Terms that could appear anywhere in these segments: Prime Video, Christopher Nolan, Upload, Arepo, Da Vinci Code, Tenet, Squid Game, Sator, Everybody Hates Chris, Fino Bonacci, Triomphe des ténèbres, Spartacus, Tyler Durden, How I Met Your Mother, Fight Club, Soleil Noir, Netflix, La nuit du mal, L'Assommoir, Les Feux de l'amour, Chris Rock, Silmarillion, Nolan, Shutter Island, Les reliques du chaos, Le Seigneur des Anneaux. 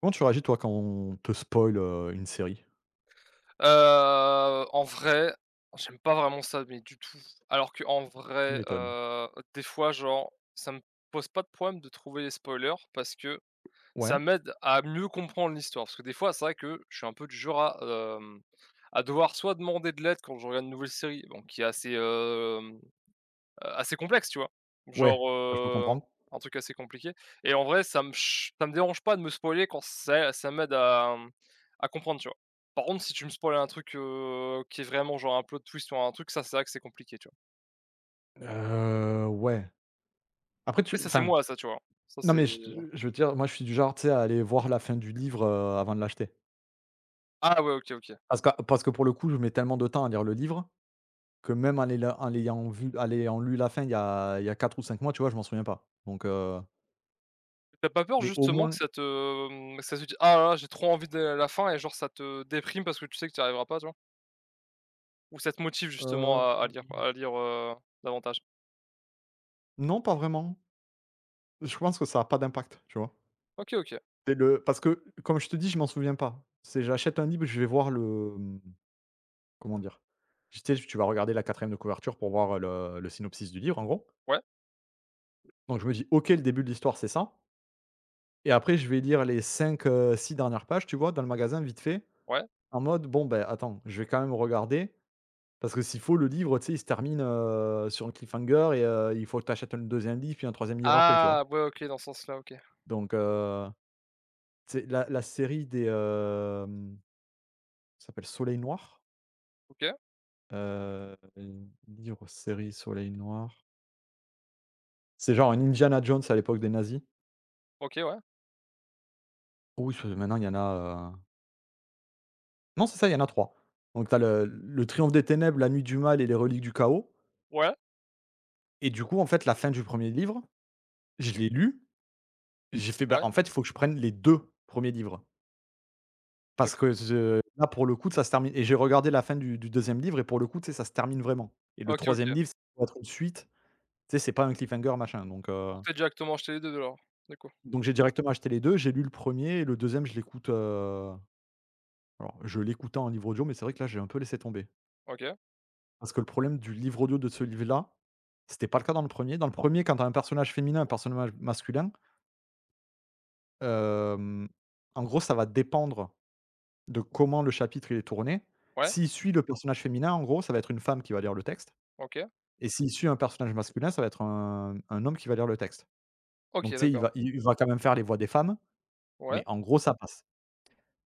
Comment tu réagis toi quand on te spoil, une série? En vrai, j'aime pas vraiment ça, mais du tout. Alors que en Tu vrai, m'étonnes. Des fois, genre, ça me pose pas de problème de trouver les spoilers parce que Ouais, ça m'aide à mieux comprendre l'histoire. Parce que des fois, c'est vrai que je suis un peu du genre à, hem, à devoir soit demander de l'aide quand je regarde une nouvelle série, bon qui est assez, assez complexe, tu vois? ouais. Genre, Ça, je peux comprendre. un truc assez compliqué. Et en vrai ça me dérange pas de me spoiler quand ça m'aide à, à comprendre, tu vois? Par contre, si tu me spoil un truc, qui est vraiment genre un plot twist ou un truc, ça c'est vrai que c'est compliqué, tu vois? Ouais. Après Après tu ça c'est Enfin, moi ça, tu vois? Ça non c'est mais je veux dire, moi je suis du genre, tu sais, à aller voir la fin du livre, avant de l'acheter. Ah ouais, OK, OK. Parce que pour le coup, je mets tellement de temps à lire le livre que même en l'ayant lu la fin il y a 4 ou 5 mois, tu vois, je m'en souviens pas. T'as pas peur Mais au justement que moins, ça te, mmh, ça te dit: «Ah là là, j'ai trop envie de la fin» et genre ça te déprime parce que tu sais que tu arriveras pas, tu vois? Ou ça te motive justement heu, à lire davantage? non, pas vraiment. Je pense que ça a pas d'impact, tu vois? OK, OK. C'est le Parce que comme je te dis, je m'en souviens pas. C'est J'achète un livre, je vais voir le, mmh Comment dire? Tu sais, tu vas regarder la quatrième de couverture pour voir le synopsis du livre, en gros. Ouais, Donc je me dis: «OK, le début de l'histoire, c'est ça», et après je vais lire les 5, 6 dernières pages, tu vois, dans le magasin, vite fait, ouais. en mode: «Bon, ben attends, je vais quand même regarder», parce que s'il faut, le livre, tu sais, il se termine, sur un cliffhanger, et il faut que tu achètes un deuxième livre, puis un troisième livre après, tu vois? Ah! Ouais, OK, dans ce sens-là, OK. Donc, tu sais, la série des, ça s'appelle Soleil Noir? OK, Heu, Livre, série, Soleil Noir? C'est genre un Indiana Jones à l'époque des nazis. OK, ouais. Oui, ce maintenant il y en a, non, c'est ça, il y en a 3. Donc tu as le Triomphe des ténèbres, La nuit du mal et Les reliques du chaos, Ouais, et du coup, en fait, la fin du premier livre, je l'ai lu, j'ai fait: «Bah, ouais, en fait, il faut que je prenne les 2 premiers livres», parce OK. que je là, pour le coup, ça se termine, et j'ai regardé la fin du 2e livre, et pour le coup, tu sais, ça se termine vraiment et le OK, troisième OK. livre, ça doit être une suite, tu sais, c'est pas un cliffhanger machin, Donc tu as directement acheté les 2 alors? Du coup? donc j'ai directement acheté les 2. J'ai lu le premier et le deuxième, alors je l'écoutais en livre audio, mais c'est vrai que là, j'ai un peu laissé tomber. OK, Parce que le problème du livre audio de ce livre-là, c'était pas le cas dans le premier. Dans le premier, er quand tu as un personnage féminin, un personnage masculin, hem, en gros, ça va dépendre de comment le chapitre il est tourné. ouais, S'il suit le personnage féminin, en gros, ça va être une femme qui va lire le texte, OK, et s'il suit un personnage masculin, ça va être un homme qui va lire le texte. OK, Donc tu sais, il d'accord. va il va quand même faire les voix des femmes, Ouais, mais en gros, ça passe.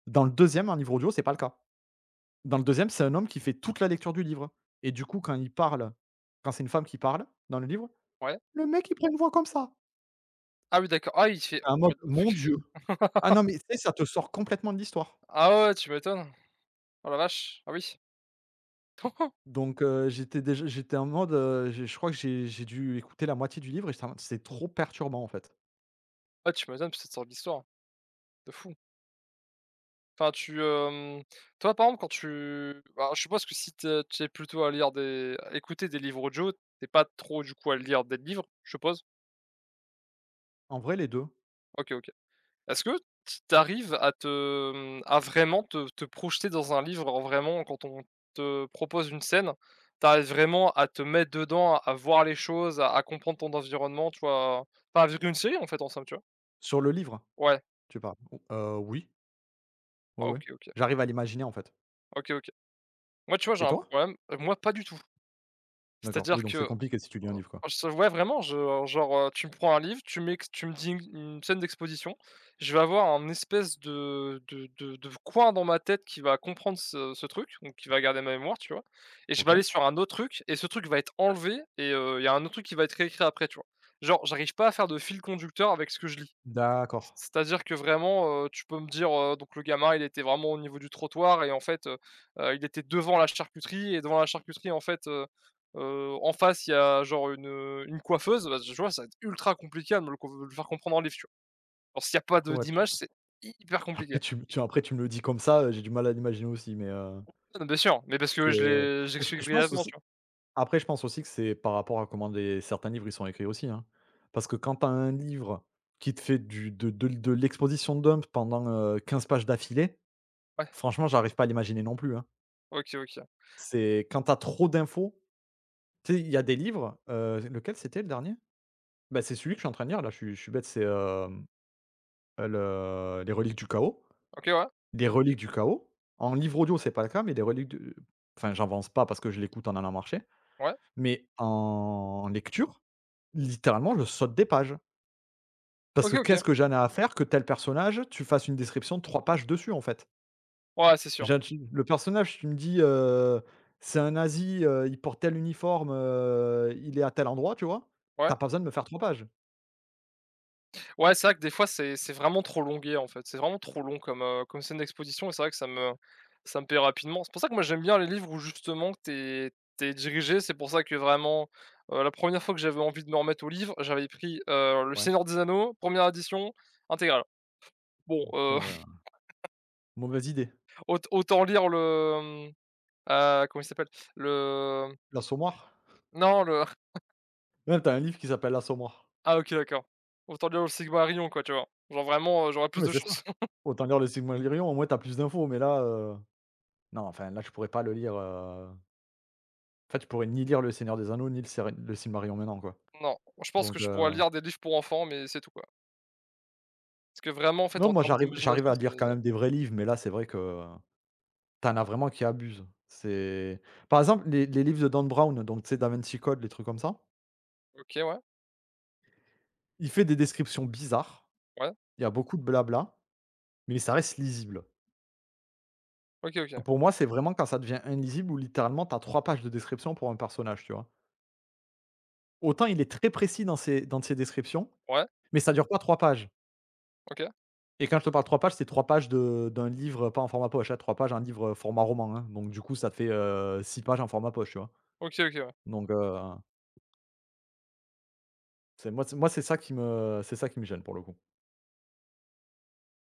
Dans le deuxième, e en livre audio, c'est pas le cas. Dans le deuxième, c'est un homme qui fait toute la lecture du livre, et du coup, quand il parle, quand c'est une femme qui parle dans le livre, ouais. le mec, il prend une voix comme ça. Ah oui, d'accord. Ah, il fait J'étais en mode: what the «Mon fuck? Dieu!» Ah, non, mais tu sais, ça te sort complètement de l'histoire. Ah ouais, tu m'étonnes. Oh la vache! Ah oui. J'étais en mode, j'ai je crois que j'ai dû écouter la moitié du livre et j'étais en mode: «C'est trop perturbant, en fait». Ah tu m'étonnes, puisque ça te d'histoire de fou. Enfin, toi, par exemple, quand tu alors je suppose que si te tu es plutôt à lire des à écouter des livres audio, t'es pas trop, du coup, à lire des livres, je suppose? En vrai, les deux. OK, OK. Est-ce que t tu arrives à vraiment te projeter dans un livre, en vraiment quand on te propose une scène, tu arrives vraiment à te mettre dedans, à voir les choses, à comprendre ton environnement, tu vois? Pas à vivre une série, en fait, en somme, tu vois? Sur le livre, Ouais, tu parles? Ou Oui, oui, ah oui. OK, OK. J'arrive à l'imaginer, en fait. OK, OK. Moi, tu vois, j'ai Et un toi? problème, moi, pas du tout. D'accord, C'est-à-dire oui, donc c'est que compliqué si tu lis un Heu, livre, quoi. je ouais vraiment, je genre, tu me prends un livre, tu me dis une scène d'exposition, je vais avoir un espèce de coin dans ma tête qui va comprendre ce truc, donc qui va garder ma mémoire, tu vois? Et je vais OK. aller sur un autre truc et ce truc va être enlevé et il y a un autre truc qui va être réécrit après, tu vois? Genre, j'arrive pas à faire de fil conducteur avec ce que je lis. D'accord. C'est-à-dire que vraiment, tu peux me dire, donc le gamin, il était vraiment au niveau du trottoir et en fait, il était devant la charcuterie et devant la charcuterie, en fait, en face, il y a genre une coiffeuse. Bah, tu vois, ça va être ultra compliqué à me le faire comprendre en live, tu vois? Alors s'il y a pas Après, de moi, tu. d'image, c'est hyper compliqué. Et tu tu après tu me le dis comme ça, j'ai du mal à l'imaginer aussi, mais Non, bien sûr, mais parce que je c'est l'ai je j'explique je pense brièvement, tu aussi vois? je pense aussi que c'est par rapport à comment les certains livres ils sont écrits aussi, hein. Parce que quand t'as un livre qui te fait du de l'exposition de dump pendant, 15 pages d'affilée, Ouais, franchement j'arrive pas à l'imaginer non plus, hein. OK, OK. C'est quand t'as trop d'infos, tu sais, il y a des livres, lequel c'était le dernier? Bah, c'est celui que je suis en train de lire là, je suis bête, c'est, le Les Reliques du Chaos. OK, ouais, Des reliques du chaos. En livre audio, c'est pas le cas, mais des reliques de enfin, j'avance pas parce que je l'écoute en allant marcher, ouais. mais en lecture, littéralement, je saute des pages. Parce OK, que OK. qu'est-ce que j'en ai à faire que tel personnage, tu fasses une description de 3 pages dessus, en fait? Ouais, c'est sûr. J'ai Tu le personnage, tu me dis, c'est un nazi, il porte tel uniforme, il est à tel endroit, tu vois? Ouais. T'as pas besoin de me faire 3 pages. Ouais, c'est vrai que des fois, c'est vraiment trop longué, en fait. C'est vraiment trop long comme scène d'exposition et c'est vrai que ça me paie rapidement. C'est pour ça que moi, j'aime bien les livres où justement t'es es dirigé. C'est pour ça que vraiment, la première fois que j'avais envie de me remettre au livre, j'avais pris, Le Ouais. Seigneur des Anneaux, première édition intégrale. Bon, Oh putain, ouais, hein. Mauvaise idée. Autant lire le, comment il s'appelle? Le L'Assommoir? non, le Même t'as un livre qui s'appelle L'Assommoir. ah OK, d'accord. Autant lire le Silmarillion, quoi, tu vois? Genre vraiment, j'aurais Non, plus mais de c'est ça. chance. Autant lire le Silmarillion, au moins t'as plus d'infos, mais là, non, enfin, là, je pourrais pas le lire, en fait, je pourrais ni lire Le Seigneur des Anneaux, ni le Silmarillion maintenant, quoi. Non, je pense que Donc, je pourrais lire des livres pour enfants, mais c'est tout, quoi. Parce que vraiment, en fait, non, en moi, termes j'arrive d'imagination, à lire quand c'est même des vrais livres, mais là, c'est vrai que tu en as vraiment qui abusent. C'est par exemple, les livres de Dan Brown, donc tu sais Da Vinci Code, les trucs comme ça, OK, ouais, il fait des descriptions bizarres, ouais, il y a beaucoup de blabla, mais ça reste lisible. OK, OK, Pour moi, c'est vraiment quand ça devient inlisible, où littéralement, t'as 3 pages de description pour un personnage, tu vois? Autant il est très précis dans ses descriptions, ouais, mais ça dure pas 3 pages, OK, et quand je te parle 3 pages, c'est 3 pages de d'un livre, pas en format poche, hein, 3 pages, un livre format roman, hein, donc du coup ça fait, 6 pages en format poche, tu vois? OK, OK, ouais, Donc heu, c'est ça qui me gêne pour le coup,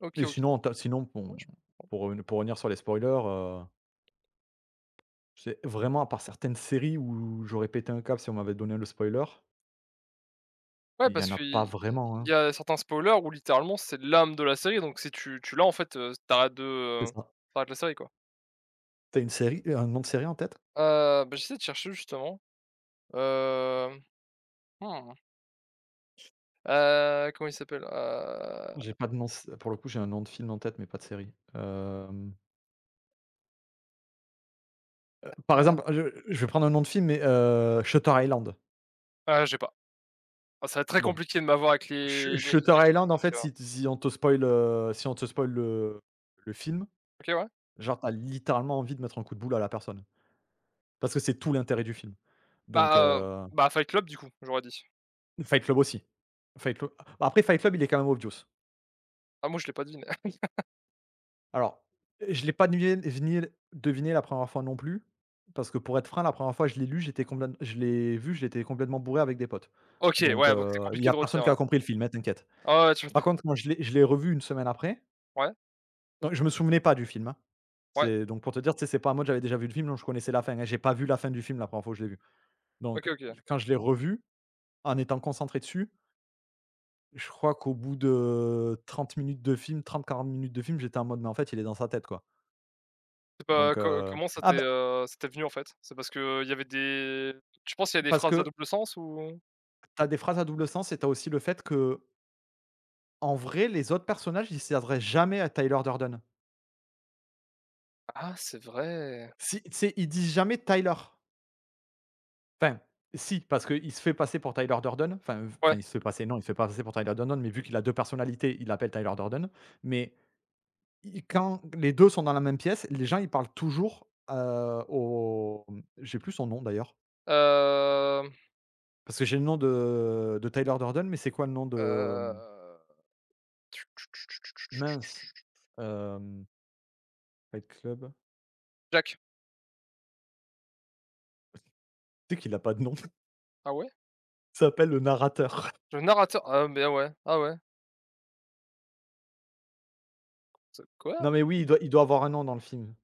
OK, et OK. sinon en ta sinon, bon, Ouais, je pour revenir sur les spoilers, c'est vraiment à part certaines séries où j'aurais pété un câble si on m'avait donné le spoiler, ouais, il y parce en a pas qu'il vraiment, il y hein. a certains spoilers où littéralement c'est l'âme de la série, donc si tu l'as, en fait, C'est ça. tu la série, quoi. Tu Une série, un nom de série en tête? Bah, j'essaie de chercher justement, hem, mmh, comment il s'appelle? J'ai pas de nom s pour le coup, j'ai un nom de film en tête, mais pas de série. Par heu, exemple, je vais prendre un nom de film, mais Shutter Island. ah, j'ai pas. Ah, ça va être très Bon, compliqué de m'avoir avec Sh les les Shutter films Island, en parce fait, que si on te spoil le film, OK, ouais. genre, t'as littéralement envie de mettre un coup de boule à la personne. Parce que c'est tout l'intérêt du film. Donc, Bah, Fight Club, du coup, j'aurais dit. Fight Club aussi. Fight Club Après Fight Club, il est quand même obvious. Ah, moi, je l'ai pas deviné. Alors, je l'ai pas deviné deviné deviné la première fois non plus, parce que pour être franc, la première fois, je l'ai vu, j'étais complètement bourré avec des potes. OK, Donc, ouais, donc c'est il y compliqué a de personne retenir, qui ouais. a compris le film, hein, t'inquiète. Ah ouais, tu Par contre, quand je l'ai revu une semaine après, ouais, donc je me souvenais pas du film, hein. ouais, C'est donc pour te dire, tu sais, c'est pas en mode j'avais déjà vu le film, donc je connaissais la fin, hein. J'ai pas vu la fin du film la première fois que je l'ai vu. OK, Donc, OK. quand je l'ai revu, en étant concentré dessus, je crois qu'au bout de 30 minutes de film, 30 40 minutes de film, j'étais en mode: «Mais en fait, il est dans sa tête, quoi». C'est pas Donc, co Comment ah, bah, ça t'est venu, en fait? C'est parce que il y avait des Tu penses qu'il y a des parce phrases à que double sens ou? t'as des phrases à double sens et t'as aussi le fait que en vrai, les autres personnages, ils s'adressent jamais à Tyler Durden. Ah, c'est vrai. Si, tu sais, ils disent jamais Tyler. Enfin, si, parce qu'il se fait passer pour Tyler Durden. Enfin, v Ouais, enfin, il se fait passer, non, il se fait passer pour Tyler Durden, mais vu qu'il a 2 personnalités, il l'appelle Tyler Durden. Mais i quand les 2 sont dans la même pièce, les gens, ils parlent toujours, j'ai plus son nom d'ailleurs, hem, parce que j'ai le nom de Tyler Durden, mais c'est quoi le nom heu, de, mince, hem, Fight Club? Jack. Tu sais qu'il a pas de nom. Ah ouais? Ça s'appelle le narrateur. Le narrateur ah mais ah ouais, ah ouais. C'est quoi? Non, mais oui, il doit avoir un nom dans le film.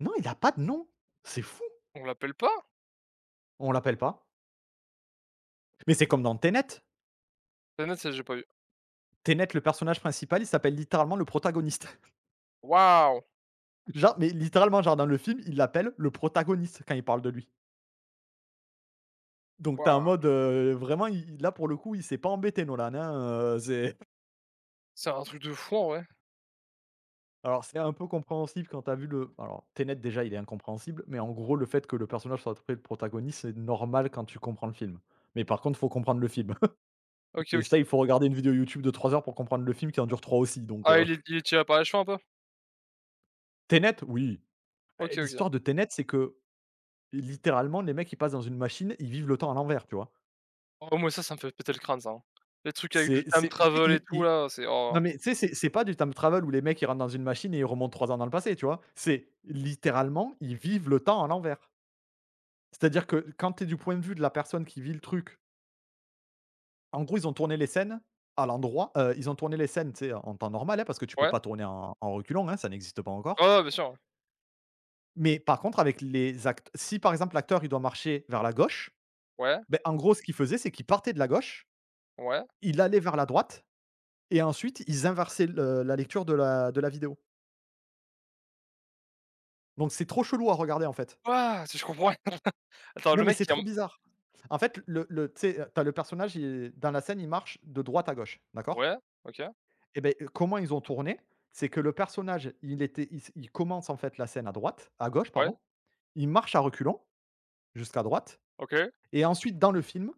Non, il a pas de nom! C'est fou! On l'appelle pas? On l'appelle pas. Mais c'est comme dans Tenet. C'est net, ça j'ai pas eu. Tenet, le personnage principal, il s'appelle littéralement le protagoniste. Waouh! Genre, mais littéralement, genre dans le film, ils l'appellent le protagoniste quand ils parlent de lui. Donc t'as un Waouh! mode, vraiment, il là, pour le coup, il s'est pas embêté Nolan, hein, c'est C'est un truc de fou, ouais, alors c'est un peu compréhensible quand t'as vu le alors Tenet, déjà, il est incompréhensible, mais en gros, le fait que le personnage soit appelé le protagoniste, c'est normal quand tu comprends le film. Mais par contre, faut comprendre le film. OK, Et OK. ça, il faut regarder une vidéo YouTube de 3 heures pour comprendre le film qui en dure 3 aussi, donc Ah il est il est tiré par les cheveux, un peu? Tenet, oui. Eh, OK, OK. l'histoire de Tenet, c'est que, littéralement, les mecs, ils passent dans une machine, ils vivent le temps à l'envers, tu vois? Oh moi ça, ça me fait péter le crâne ça, hein. Les trucs avec du time C'est tu sais, travel et ils tout ils là, c'est oh non, mais tu sais, c'est pas du time travel où les mecs, ils rentrent dans une machine et ils remontent 3 ans dans le passé, tu vois? C'est, littéralement, ils vivent le temps à l'envers. C'est-à-dire que quand tu es du point de vue de la personne qui vit le truc, en gros, ils ont tourné les scènes à l'endroit, ils ont tourné les scènes, tu sais, en temps normal, hein, parce que tu peux ouais? pas tourner en reculant, hein, ça n'existe pas Ouais, encore. ouais, bien sûr. Mais par contre, avec les actes, si par exemple l'acteur, il doit marcher vers la gauche, Ouais, ben en gros ce qu'il faisait, c'est qu'il partait de la gauche, ouais. il allait vers la droite et ensuite ils inversaient le la lecture de la vidéo. Donc c'est trop chelou à regarder en fait. Ah! Si je comprends Attends, Non, le mais mec c'est il rem trop bizarre. En fait, le tu sais, le personnage, dans la scène, il marche de droite à gauche, d'accord? ouais, OK, Et beh, comment ils ont tourné? C'est que le personnage, il était il s il commence en fait la scène à droite, à gauche ouais, pardon, il marche à reculons jusqu'à droite. OK. Et ensuite, dans le film,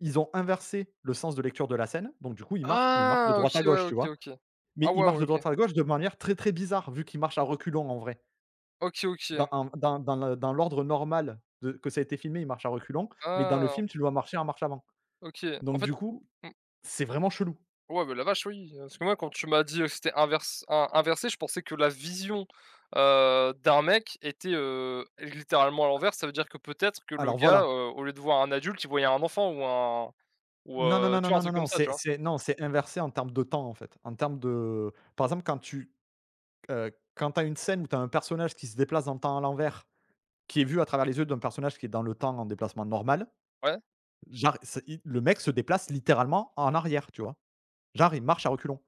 ils ont inversé le sens de lecture de la scène, donc du coup, il marche de Ah! OK, droite à ouais, gauche, tu OK, vois? OK. Mais Ah il ouais, marche ouais, de OK. droite à gauche de manière très, très bizarre, vu qu'il marche à reculons en vrai. OK, Dans OK. un dans dans le dans l'ordre normal de que ça a été filmé, il marche à reculons, mais dans le Ah! film, tu le vois marcher en marche avant. OK. En Donc fait du coup, mmh, c'est vraiment chelou. ouais, bah, la vache, oui, parce que moi quand tu m'as dit, que c'était inverse in inversé, je pensais que la vision, d'un mec était, littéralement à l'envers. Ça veut dire que peut-être que le Alors gars, voilà. au lieu de voir un adulte, il voyait un enfant ou Non, non, non, tu non, vois? Un non, non, truc comme non, ça, tu vois? c'est non, c'est inversé en termes de temps, en fait. En termes de, par exemple, quand tu as une scène où tu as un personnage qui se déplace dans le temps à l'envers, qui est vu à travers les yeux d'un personnage qui est dans le temps en déplacement normal. Ouais. Genre, c'est il le mec se déplace littéralement en arrière, tu vois? Genre, il marche à reculons.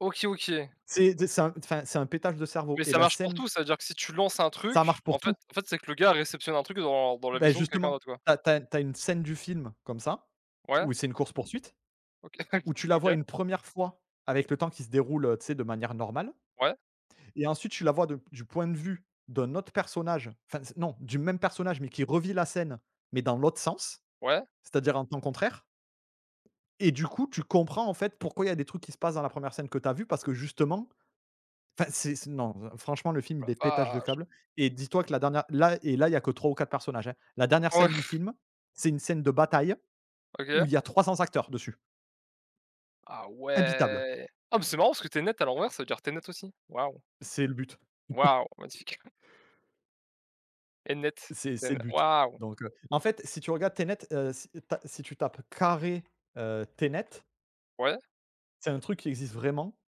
OK, OK. C'est d c'est un enfin, c'est un pétage de cerveau Mais et ça la marche pour scène tout, ça veut dire que si tu lances un ça truc, marche en pour fait tout. en fait, c'est que le gars réceptionne un truc dans la Beh, vision de quelqu'un justement, d'autre, quoi. t'as as tu une scène du film comme ça, Ouais, où c'est une course poursuite, OK, où tu la vois OK, une première fois avec le temps qui se déroule, tu sais, de manière normale ouais, et ensuite tu la vois de du point de vue d'un autre personnage, enfin, c non, du même personnage mais qui revit la scène, mais dans l'autre sens, ouais. c'est-à-dire en temps contraire. Et du coup, tu comprends en fait pourquoi il y a des trucs qui se passent dans la première scène que tu as vue parce que justement, enfin c'est non, franchement le film Oh il est la pétage de vache! câbles et dis-toi que la dernière là et là il y a que 3 ou 4 personnages, hein. La dernière Ouais, scène du film, c'est une scène de bataille où OK. il y a 300 acteurs dessus, Ah imbitable. ouais! Ah, mais c'est marrant parce que t'es net à l'envers, ça veut dire t'es net aussi. Waouh, C'est le but, waouh, magnifique. Ennet, net. c'est T'es c'est le net. but. Waouh! Donc, en fait, si tu regardes Tenet, si tu tapes carré, Tenet, Ouais, c'est un truc qui existe vraiment.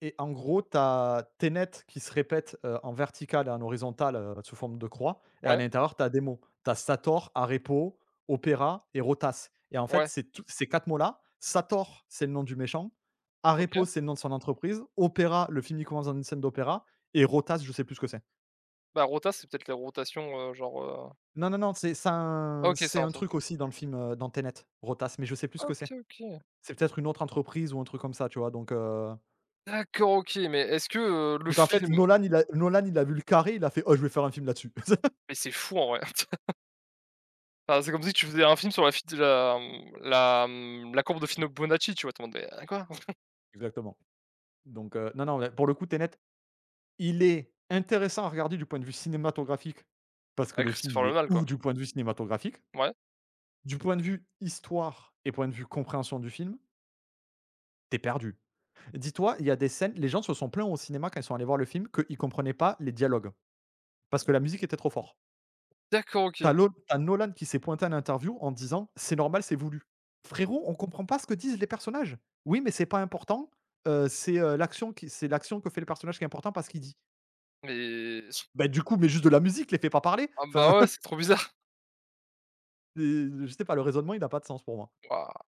Et en gros, tu as tes nets qui se répètent, en vertical et en horizontal, sous forme de croix et à ouais, l'intérieur, tu as des mots. Tu as Sator, Arepo, Opéra et Rotas et en fait, ouais, c'est tous ces 4 mots-là. Sator, c'est le nom du méchant, Arepo, OK. c'est le nom de son entreprise, Opéra, le film, il commence dans une scène d'opéra, et Rotas, je sais plus ce que c'est. Bah, rota, c'est peut-être les rotations, genre, Non, non, non, ah OK, c'est c'est un un truc, truc OK. aussi dans le film, dans Tenet, Rotas, mais je sais plus ce que OK, c'est. OK. C'est peut-être une autre entreprise ou un truc comme ça, tu vois? Donc heu, D'accord, OK, mais est-ce que, le donc en fait, film Nolan, il a vu le carré, il a fait: «Oh, je vais faire un film là-dessus». mais c'est fou en vrai. Enfin, c'est comme si tu faisais un film sur la fi la, mmh, la, mmh, la courbe de Fino Bonacci, tu vois? Tu en mode: «Mais, hein, quoi?» Exactement. Donc, non, non, mais pour le coup, Tenet, il est intéressant à regarder du point de vue cinématographique, parce que avec le film, Christopher il est Nolan, ouf quoi. du point de vue cinématographique. Ouais. Du point de vue histoire et point de vue compréhension du film, t'es perdu. Dis-toi, il y a des scènes, les gens se sont plaints au cinéma quand ils sont allés voir le film qu'ils comprenaient pas les dialogues, parce que la musique était trop forte. D'accord, T'as OK. Lo tu Nolan qui s'est pointé à l'interview en disant: «C'est normal, c'est voulu». Frérot, on comprend pas ce que disent les personnages. «Oui, mais c'est pas important, c'est l'action que fait le personnage qui est important parce qu'il dit». Mais Bah, du coup, mais juste de la musique, les fais pas parler. ah Enfin, bah, ouais, c'est trop bizarre. je sais pas, le raisonnement, il n'a pas de sens pour moi. Waouh!